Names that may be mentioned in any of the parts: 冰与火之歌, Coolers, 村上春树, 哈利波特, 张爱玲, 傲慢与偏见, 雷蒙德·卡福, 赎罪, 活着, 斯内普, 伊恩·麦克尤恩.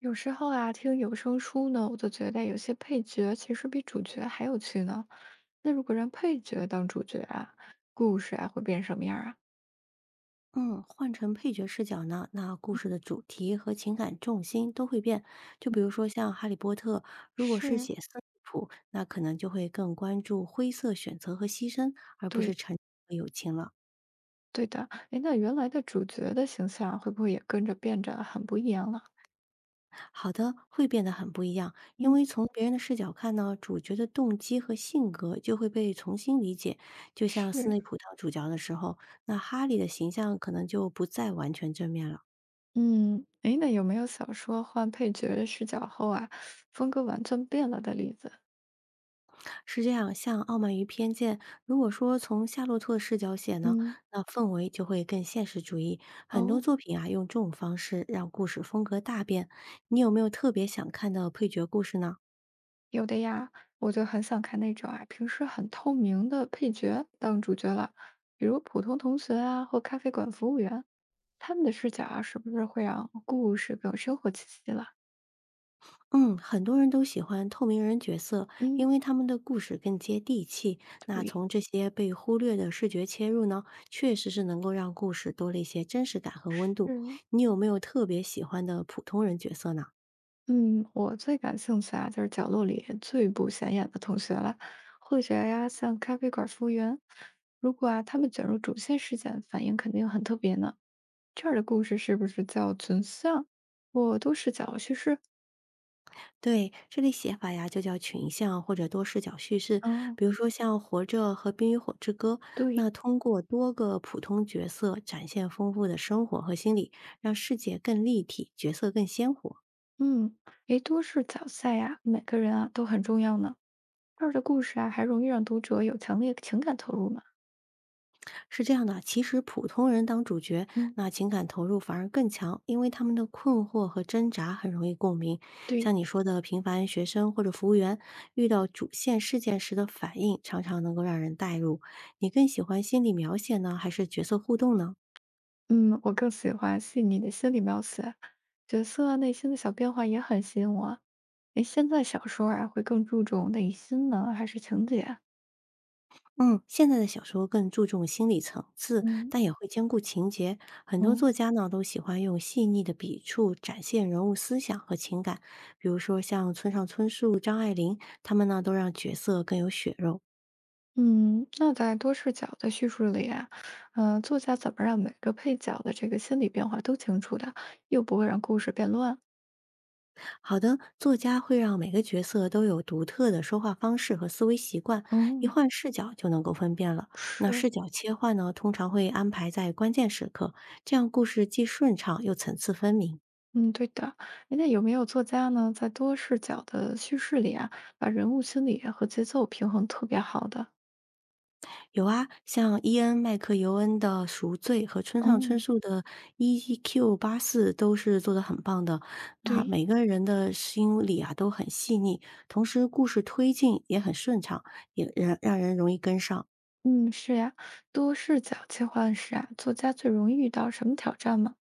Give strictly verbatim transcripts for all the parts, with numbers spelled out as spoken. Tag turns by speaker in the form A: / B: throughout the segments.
A: 有时候啊，听有声书呢，我就觉得有些配角其实比主角还有趣呢。那如果让配角当主角啊，故事啊会变什么样啊？
B: 嗯，换成配角视角呢，那故事的主题和情感重心都会变。就比如说像《哈利波特》，如果是
A: 是，
B: 写色普，那可能就会更关注灰色选择和牺牲，而不是
A: 对，
B: 成和友情了。
A: 对的。哎，那原来的主角的形象会不会也跟着变着很不一样了？
B: 好的，会变得很不一样，因
A: 嗯，
B: 为从别人的视角看呢，主角的动机和性格就会被重新理解。就像斯
A: 是，
B: 内普当主角的时候，那哈利的形象可能就不再完全正面了。
A: 嗯，哎，那有没有小说换配角视角后啊，风格完全变了的例子？
B: 是这样，像《傲慢与偏见》，如果说从夏洛特视角写呢，
A: 嗯。
B: 那氛围就会更现实主义。很多
A: 哦，
B: 作品啊，用这种方式让故事风格大变。你有没有特别想看的配角故事呢？
A: 有的呀，我就很想看那种啊，平时很透明的配角当主角了，比如普通同学啊，或咖啡馆服务员，他们的视角啊，是不是会让故事更有生活气息了？
B: 嗯，很多人都喜欢透明人角色，因
A: 嗯，
B: 为他们的故事更接地气。那
A: 对，
B: 从这些被忽略的视觉切入呢，确实是能够让故事多了一些真实感和温度。
A: 嗯
B: 你有没有特别喜欢的普通人角色呢？
A: 嗯，我最感兴趣啊，就是角落里最不显眼的同学了，或者呀，像咖啡馆服务员，如果啊，他们卷入主线事件，反应肯定很特别呢。这儿的故事是不是叫存像？我都视角叙事。
B: 对，这类写法呀，就叫群像或者多视角叙事。
A: 嗯，
B: 比如说像《活着》和《冰与火之歌》，
A: 对，
B: 那通过多个普通角色展现丰富的生活和心理，让世界更立体，角色更鲜活。
A: 嗯，诶，多视角赛呀、每个人啊都很重要呢。这儿的故事啊，还容易让读者有强烈情感投入嘛。
B: 是这样的，其实普通人当主角，
A: 嗯，
B: 那情感投入反而更强，因为他们的困惑和挣扎很容易共鸣。
A: 对，
B: 像你说的，平凡学生或者服务员遇到主线事件时的反应，常常能够让人代入。你更喜欢心理描写呢，还是角色互动呢？
A: 嗯，我更喜欢细腻的心理描写，角色啊内心的小变化也很吸引我。诶，现在小说啊会更注重内心呢，还是情节？
B: 嗯，现在的小说更注重心理层次，
A: 嗯，
B: 但也会兼顾情节。很多作
A: 嗯，
B: 家呢都喜欢用细腻的笔触展现人物思想和情感，比如说像村上春树、张爱玲，他们呢都让角色更有血肉。
A: 嗯，那在多视角的叙述里啊，呃，作家怎么让每个配角的这个心理变化都清楚的，又不会让故事变乱？
B: 好的作家会让每个角色都有独特的说话方式和思维习惯，一
A: 哦，
B: 换视角就能够分辨了。那
A: 是。
B: 视角切换呢，通常会安排在关键时刻，这样故事既顺畅又层次分明。
A: 嗯，对的。诶，那有没有作家呢，在多视角的叙事里啊，把人物心理和节奏平衡特别好的？
B: 有啊，像伊恩·麦克尤恩的《赎罪》和村上春
A: 哦，
B: 树的《E Q 八四》都是做的很棒的。那
A: 对，
B: 每个人的心理啊都很细腻，同时故事推进也很顺畅，也让让人容易跟上。
A: 嗯，是呀，多视角切换时啊，作家最容易遇到什么挑战吗？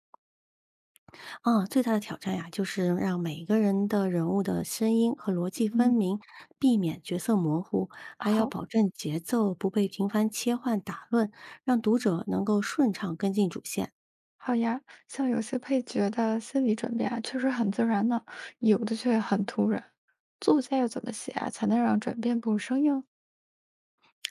B: 啊，最大的挑战呀、就是让每个人的人物的声音和逻辑分明，避免角色模糊，还要
A: 好，
B: 保证节奏不被频繁切换打乱，让读者能够顺畅跟进主线。
A: 好呀，像有些配角的心理转变啊，确实很自然呢，有的却很突然。作家要怎么写啊，才能让转变不生硬？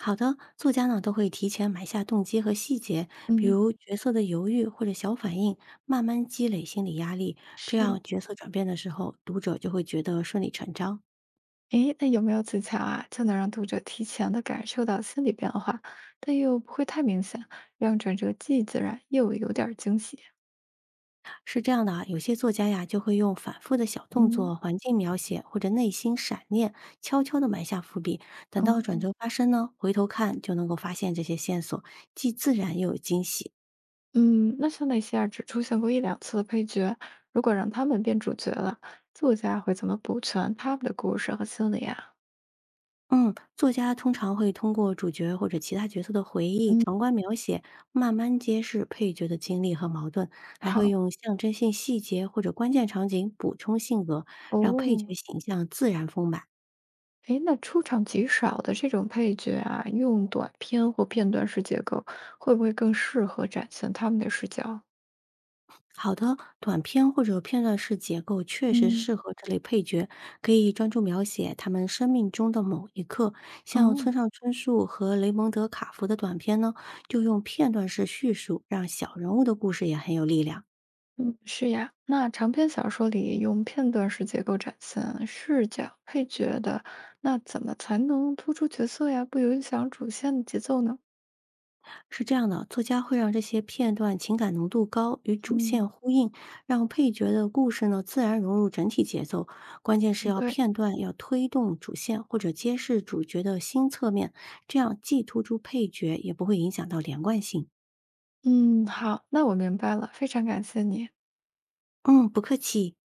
B: 好的，作家呢都会提前埋下动机和细节，比
A: 嗯。
B: 如角色的犹豫或者小反应，慢慢积累心理压力，这
A: 是。
B: 样角色转变的时候，读者就会觉得顺理成章。
A: 诶，那有没有技巧啊，就能让读者提前的感受到心理变化，但又不会太明显，让转折既自然又有点儿惊喜？
B: 是这样的啊，有些作家呀就会用反复的小动
A: 嗯，
B: 作、环境描写或者内心闪念，悄悄地埋下伏笔，等到
A: 哦，
B: 转折发生呢，回头看就能够发现这些线索，既自然又有惊喜。
A: 嗯，那像那些啊只出现过一两次的配角，如果让他们变主角了，作家会怎么补全他们的故事和心理啊？
B: 嗯，作家通常会通过主角或者其他角色的回忆、
A: 嗯，
B: 旁观描写，慢慢揭示配角的经历和矛盾，还会
A: 好
B: 用象征性细节或者关键场景补充性格，让配角
A: 哦，
B: 形象自然丰满。
A: 诶，那出场极少的这种配角啊，用短篇或片段式结构，会不会更适合展现他们的视角？
B: 好的短片或者片段式结构确实
A: 嗯。
B: 适合这类配角，可以专注描写他们生命中的某一刻。像
A: 哦。
B: 村上春树和雷蒙德·卡福的短片呢，就用片段式叙述，让小人物的故事也很有力量。
A: 嗯，是呀。那长篇小说里用片段式结构展现视角、配角的，那怎么才能突出角色呀，不影响主线的节奏呢？
B: 是这样的，作家会让这些片段情感浓度高，与主线
A: 嗯，
B: 呼应，让配角的故事呢自然融入整体节奏。关键是
A: 嗯
B: 要
A: 对，
B: 片段要推动主线或者揭示主角的新侧面，这样既突出配角，也不会影响到连贯性。
A: 嗯，好，那我明白了，非常感谢你。
B: 嗯，不客气。